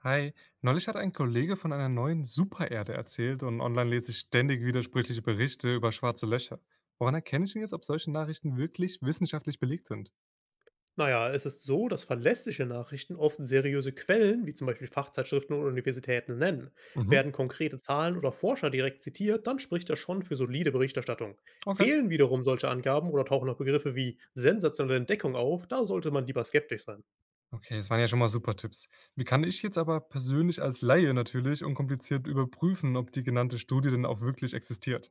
Hi, neulich hat ein Kollege von einer neuen Supererde erzählt und online lese ich ständig widersprüchliche Berichte über schwarze Löcher. Woran erkenne ich denn jetzt, ob solche Nachrichten wirklich wissenschaftlich belegt sind? Naja, es ist so, dass verlässliche Nachrichten oft seriöse Quellen, wie zum Beispiel Fachzeitschriften oder Universitäten, nennen. Mhm. Werden konkrete Zahlen oder Forscher direkt zitiert, dann spricht das schon für solide Berichterstattung. Okay. Fehlen wiederum solche Angaben oder tauchen auch Begriffe wie sensationelle Entdeckung auf, da sollte man lieber skeptisch sein. Okay, das waren ja schon mal super Tipps. Wie kann ich jetzt aber persönlich als Laie natürlich unkompliziert überprüfen, ob die genannte Studie denn auch wirklich existiert?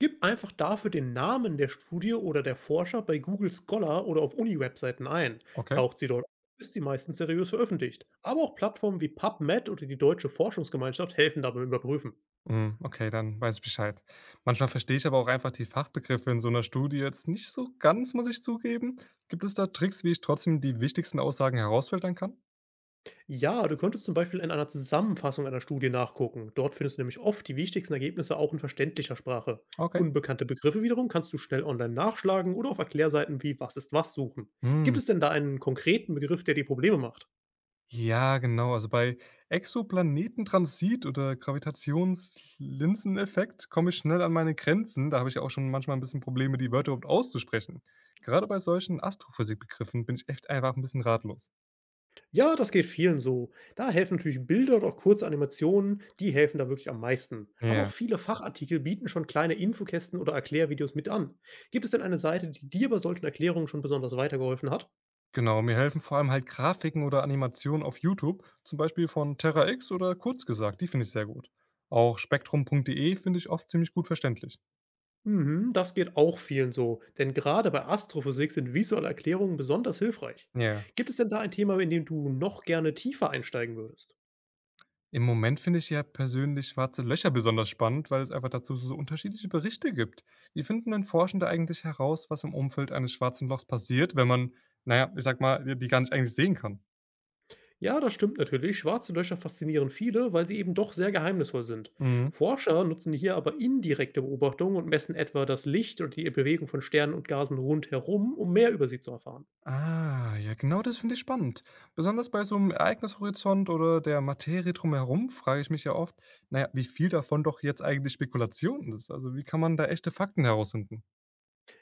Gib einfach dafür den Namen der Studie oder der Forscher bei Google Scholar oder auf Uni-Webseiten ein. Okay. Taucht sie dort auf, ist sie meistens seriös veröffentlicht. Aber auch Plattformen wie PubMed oder die Deutsche Forschungsgemeinschaft helfen dabei überprüfen. Mm, okay, dann weiß ich Bescheid. Manchmal verstehe ich aber auch einfach die Fachbegriffe in so einer Studie jetzt nicht so ganz, muss ich zugeben. Gibt es da Tricks, wie ich trotzdem die wichtigsten Aussagen herausfiltern kann? Ja, du könntest zum Beispiel in einer Zusammenfassung einer Studie nachgucken. Dort findest du nämlich oft die wichtigsten Ergebnisse auch in verständlicher Sprache. Okay. Unbekannte Begriffe wiederum kannst du schnell online nachschlagen oder auf Erklärseiten wie Was ist was suchen. Gibt Mhm. es denn da einen konkreten Begriff, der dir Probleme macht? Ja, genau. Also bei Exoplanetentransit oder Gravitationslinseneffekt komme ich schnell an meine Grenzen. Da habe ich ja auch schon manchmal ein bisschen Probleme, die Wörter überhaupt auszusprechen. Gerade bei solchen Astrophysikbegriffen bin ich echt einfach ein bisschen ratlos. Ja, das geht vielen so. Da helfen natürlich Bilder oder auch kurze Animationen, die helfen da wirklich am meisten. Aber Ja, auch viele Fachartikel bieten schon kleine Infokästen oder Erklärvideos mit an. Gibt es denn eine Seite, die dir bei solchen Erklärungen schon besonders weitergeholfen hat? genau. Mir helfen vor allem halt Grafiken oder Animationen auf YouTube, zum Beispiel von Terra X oder kurz gesagt, die finde ich sehr gut. Auch spektrum.de finde ich oft ziemlich gut verständlich. Mhm, das geht auch vielen so, denn gerade bei Astrophysik sind visuelle Erklärungen besonders hilfreich. Ja. Gibt es denn da ein Thema, in dem du noch gerne tiefer einsteigen würdest? Im Moment finde ich ja persönlich schwarze Löcher besonders spannend, weil es einfach dazu so unterschiedliche Berichte gibt. Wie finden denn Forschende eigentlich heraus, was im Umfeld eines schwarzen Lochs passiert, wenn man, naja, ich sag mal, die gar nicht eigentlich sehen kann? Ja, das stimmt natürlich. Schwarze Löcher faszinieren viele, weil sie eben doch sehr geheimnisvoll sind. Mhm. Forscher nutzen hier aber indirekte Beobachtungen und messen etwa das Licht und die Bewegung von Sternen und Gasen rundherum, um mehr über sie zu erfahren. Ah, ja, genau das finde ich spannend. Besonders bei so einem Ereignishorizont oder der Materie drumherum frage ich mich ja oft, naja, wie viel davon doch jetzt eigentlich Spekulation ist. Also, wie kann man da echte Fakten herausfinden?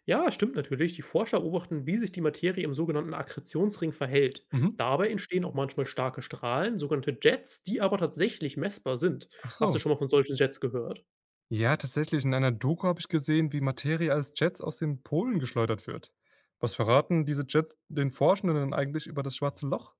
Ja, stimmt natürlich. Die Forscher beobachten, wie sich die Materie im sogenannten Akkretionsring verhält. Mhm. Dabei entstehen auch manchmal starke Strahlen, sogenannte Jets, die aber tatsächlich messbar sind. Ach Hast so. du schon mal von solchen Jets gehört? Ja, tatsächlich. In einer Doku habe ich gesehen, wie Materie als Jets aus den Polen geschleudert wird. Was verraten diese Jets den Forschenden denn eigentlich über das schwarze Loch?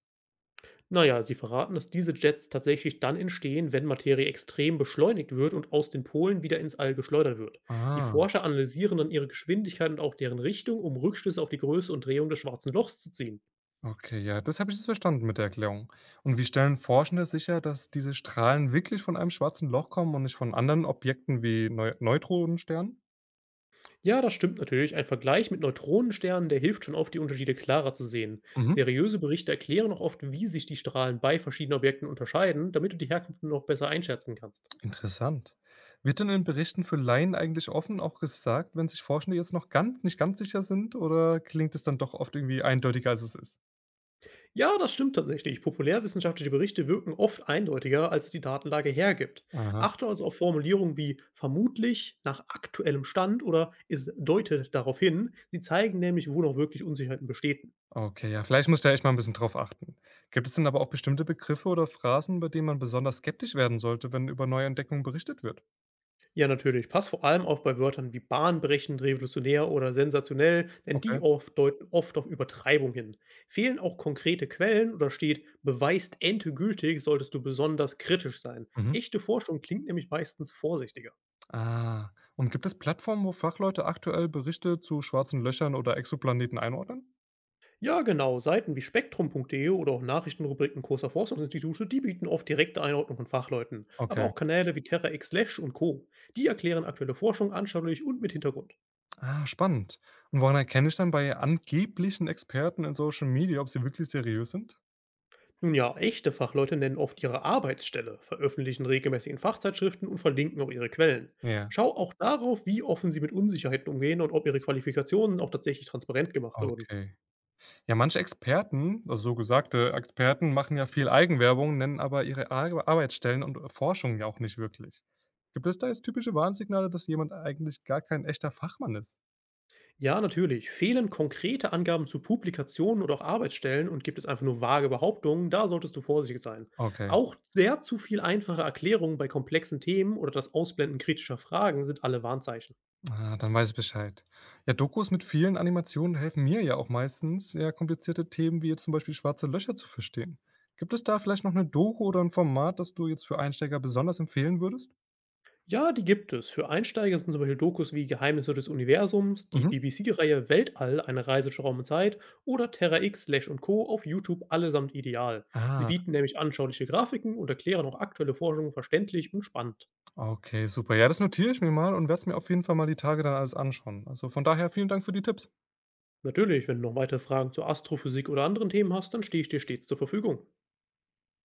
Naja, sie verraten, dass diese Jets tatsächlich dann entstehen, wenn Materie extrem beschleunigt wird und aus den Polen wieder ins All geschleudert wird. Die Ah, Forscher analysieren dann ihre Geschwindigkeit und auch deren Richtung, um Rückschlüsse auf die Größe und Drehung des schwarzen Lochs zu ziehen. okay, ja, das habe ich jetzt verstanden mit der Erklärung. Und wie stellen Forschende sicher, dass diese Strahlen wirklich von einem schwarzen Loch kommen und nicht von anderen Objekten wie Neutronensternen? Ja, das stimmt natürlich. Ein Vergleich mit Neutronensternen, der hilft schon oft, die Unterschiede klarer zu sehen. Mhm, Seriöse Berichte erklären auch oft, wie sich die Strahlen bei verschiedenen Objekten unterscheiden, damit du die Herkunft noch besser einschätzen kannst. interessant. Wird denn in Berichten für Laien eigentlich offen auch gesagt, wenn sich Forschende jetzt noch ganz, nicht ganz sicher sind oder klingt es dann doch oft irgendwie eindeutiger, als es ist? Ja, das stimmt tatsächlich. Populärwissenschaftliche Berichte wirken oft eindeutiger, als die Datenlage hergibt. Aha. Achte also auf Formulierungen wie vermutlich, nach aktuellem Stand oder es deutet darauf hin. Sie zeigen nämlich, wo noch wirklich Unsicherheiten bestehen. Okay, ja, vielleicht muss ich da echt mal ein bisschen drauf achten. Gibt es denn aber auch bestimmte Begriffe oder Phrasen, bei denen man besonders skeptisch werden sollte, wenn über neue Entdeckungen berichtet wird? Ja, natürlich. Pass vor allem auf bei Wörtern wie bahnbrechend, revolutionär oder sensationell, denn Okay. die oft deuten oft auf Übertreibung hin. Fehlen auch konkrete Quellen oder steht beweist endgültig, solltest du besonders kritisch sein. Mhm. Echte Forschung klingt nämlich meistens vorsichtiger. Ah. Und gibt es Plattformen, wo Fachleute aktuell Berichte zu schwarzen Löchern oder Exoplaneten einordnen? Ja, genau. Seiten wie spektrum.de oder auch Nachrichtenrubriken großer Forschungsinstitute, die bieten oft direkte Einordnung von Fachleuten. Aber Okay. auch Kanäle wie TerraX Slash und Co. Die erklären aktuelle Forschung anschaulich und mit Hintergrund. Ah, spannend. Und woran erkenne ich dann bei angeblichen Experten in Social Media, ob sie wirklich seriös sind? Nun ja, echte Fachleute nennen oft ihre Arbeitsstelle, veröffentlichen regelmäßig in Fachzeitschriften und verlinken auch ihre Quellen. Ja, Schau auch darauf, wie offen sie mit Unsicherheiten umgehen und ob ihre Qualifikationen auch tatsächlich transparent gemacht wurden. okay. Ja, manche Experten, also so gesagte Experten, machen ja viel Eigenwerbung, nennen aber ihre Ar Arbeitsstellen und Forschungen ja auch nicht wirklich. Gibt es da jetzt typische Warnsignale, dass jemand eigentlich gar kein echter Fachmann ist? Ja, natürlich, fehlen konkrete Angaben zu Publikationen oder auch Arbeitsstellen und gibt es einfach nur vage Behauptungen, da solltest du vorsichtig sein. Okay, Auch sehr zu viel einfache Erklärungen bei komplexen Themen oder das Ausblenden kritischer Fragen sind alle Warnzeichen. ah, dann weiß ich Bescheid. Ja, Dokus mit vielen Animationen helfen mir ja auch meistens, ja, komplizierte Themen wie jetzt zum Beispiel schwarze Löcher zu verstehen. Gibt es da vielleicht noch eine Doku oder ein Format, das du jetzt für Einsteiger besonders empfehlen würdest? Ja, die gibt es. Für Einsteiger sind zum Beispiel Dokus wie Geheimnisse des Universums, die Mhm. BBC-Reihe Weltall, eine Reise durch Raum und Zeit oder Terra X, Slash und Co. auf YouTube allesamt ideal. Sie Ah, bieten nämlich anschauliche Grafiken und erklären auch aktuelle Forschung verständlich und spannend. okay, super. Ja, das notiere ich mir mal und werde es mir auf jeden Fall mal die Tage dann alles anschauen. Also von daher vielen Dank für die Tipps. Natürlich, wenn du noch weitere Fragen zur Astrophysik oder anderen Themen hast, dann stehe ich dir stets zur Verfügung.